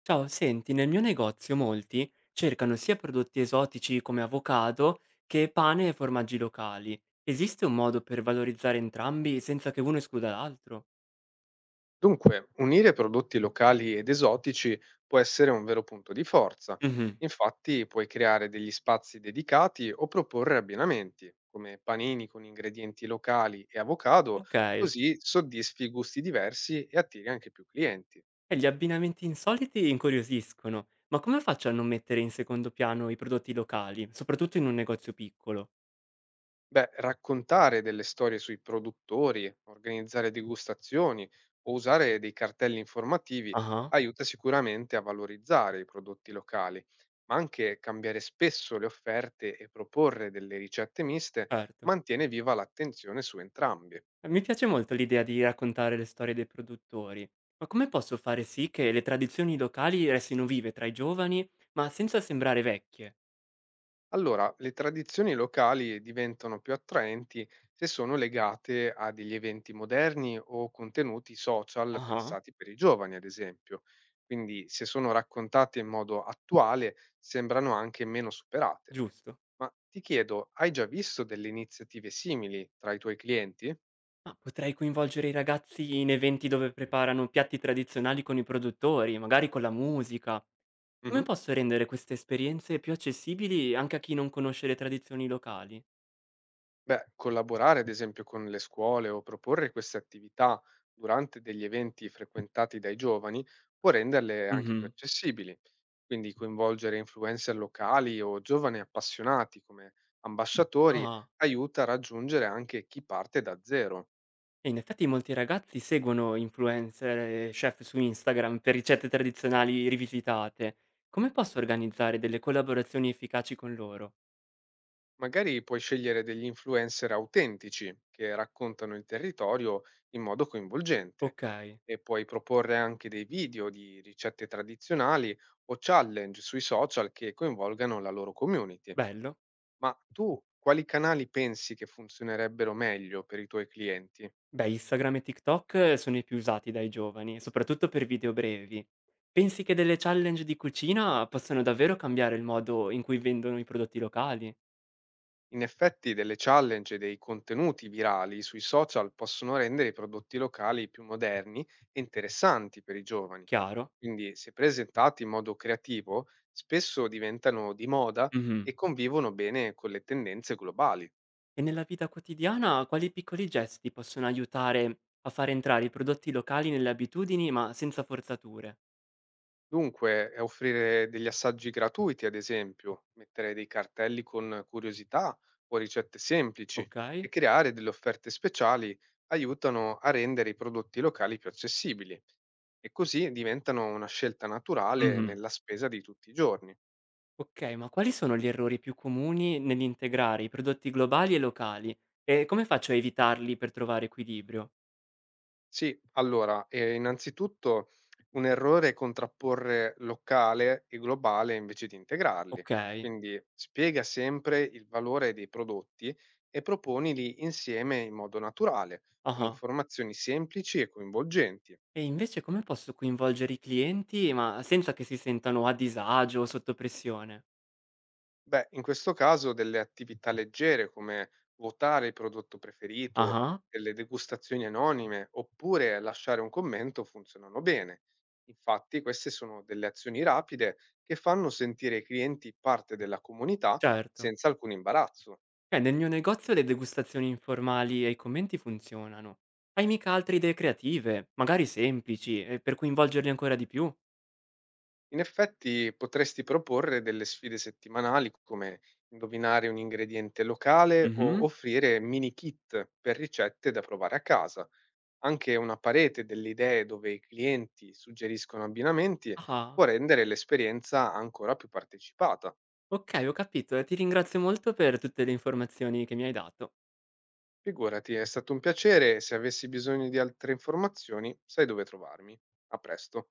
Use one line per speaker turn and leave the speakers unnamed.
Ciao, senti, nel mio negozio molti cercano sia prodotti esotici come avocado che pane e formaggi locali. Esiste un modo per valorizzare entrambi senza che uno escluda l'altro?
Dunque, unire prodotti locali ed esotici può essere un vero punto di forza.
Mhm.
Infatti, puoi creare degli spazi dedicati o proporre abbinamenti, come panini con ingredienti locali e avocado,
Ok,
così soddisfi gusti diversi e attiri anche più clienti.
e gli abbinamenti insoliti incuriosiscono, ma come faccio a non mettere in secondo piano i prodotti locali, soprattutto in un negozio piccolo?
Beh, raccontare delle storie sui produttori, organizzare degustazioni o usare dei cartelli informativi
Ah,
aiuta sicuramente a valorizzare i prodotti locali, ma anche cambiare spesso le offerte e proporre delle ricette miste
certo.
mantiene viva l'attenzione su entrambi.
Mi piace molto l'idea di raccontare le storie dei produttori, ma come posso fare sì che le tradizioni locali restino vive tra i giovani, ma senza sembrare vecchie?
Allora, le tradizioni locali diventano più attraenti se sono legate a degli eventi moderni o contenuti social
Ah,
pensati per i giovani, ad esempio. Quindi, se sono raccontate in modo attuale, sembrano anche meno superate.
giusto.
Ma ti chiedo, hai già visto delle iniziative simili tra i tuoi clienti?
Ma potrei coinvolgere i ragazzi in eventi dove preparano piatti tradizionali con i produttori, magari con la musica. Come
Mhm.
posso rendere queste esperienze più accessibili anche a chi non conosce le tradizioni locali?
Beh, collaborare, ad esempio, con le scuole o proporre queste attività durante degli eventi frequentati dai giovani può renderle anche più
Mhm.
accessibili. Quindi coinvolgere influencer locali o giovani appassionati come ambasciatori
Ah.
aiuta a raggiungere anche chi parte da zero.
E in effetti molti ragazzi seguono influencer e chef su Instagram per ricette tradizionali rivisitate. Come posso organizzare delle collaborazioni efficaci con loro?
Magari puoi scegliere degli influencer autentici che raccontano il territorio in modo coinvolgente
Ok,
e puoi proporre anche dei video di ricette tradizionali o challenge sui social che coinvolgano la loro community.
bello.
Ma tu quali canali pensi che funzionerebbero meglio per i tuoi clienti?
Beh, Instagram e TikTok sono i più usati dai giovani, soprattutto per video brevi. Pensi che delle challenge di cucina possano davvero cambiare il modo in cui vendono i prodotti locali?
In effetti delle challenge e dei contenuti virali sui social possono rendere i prodotti locali più moderni e interessanti per i giovani.
Chiaro?
Quindi, se presentati in modo creativo, spesso diventano di moda
Mhm.
e convivono bene con le tendenze globali.
E nella vita quotidiana quali piccoli gesti possono aiutare a far entrare i prodotti locali nelle abitudini, ma senza forzature?
Dunque, offrire degli assaggi gratuiti, ad esempio, mettere dei cartelli con curiosità o ricette semplici e
Okay.
creare delle offerte speciali aiutano a rendere i prodotti locali più accessibili e così diventano una scelta naturale
Mh-mh.
nella spesa di tutti i giorni.
Okay, ma quali sono gli errori più comuni nell'integrare i prodotti globali e locali? E come faccio a evitarli per trovare equilibrio?
Sì, allora, innanzitutto un errore è contrapporre locale e globale invece di integrarli.
Okay.
Quindi spiega sempre il valore dei prodotti e proponili insieme in modo naturale, con
Ah-ah.
informazioni semplici e coinvolgenti.
E invece come posso coinvolgere i clienti, ma senza che si sentano a disagio o sotto pressione?
Beh, in questo caso delle attività leggere come votare il prodotto preferito,
Ah-ah,
delle degustazioni anonime oppure lasciare un commento funzionano bene. Infatti, queste sono delle azioni rapide che fanno sentire i clienti parte della comunità
certo.
senza alcun imbarazzo.
Nel mio negozio le degustazioni informali e i commenti funzionano. Hai mica altre idee creative, magari semplici, per coinvolgerli ancora di più?
In effetti, potresti proporre delle sfide settimanali come indovinare un ingrediente locale o
Mhm.
offrire mini kit per ricette da provare a casa. Anche una parete delle idee dove i clienti suggeriscono abbinamenti
Ah,
può rendere l'esperienza ancora più partecipata.
ok, ho capito. Ti ringrazio molto per tutte le informazioni che mi hai dato.
Figurati, è stato un piacere e se avessi bisogno di altre informazioni sai dove trovarmi. A presto.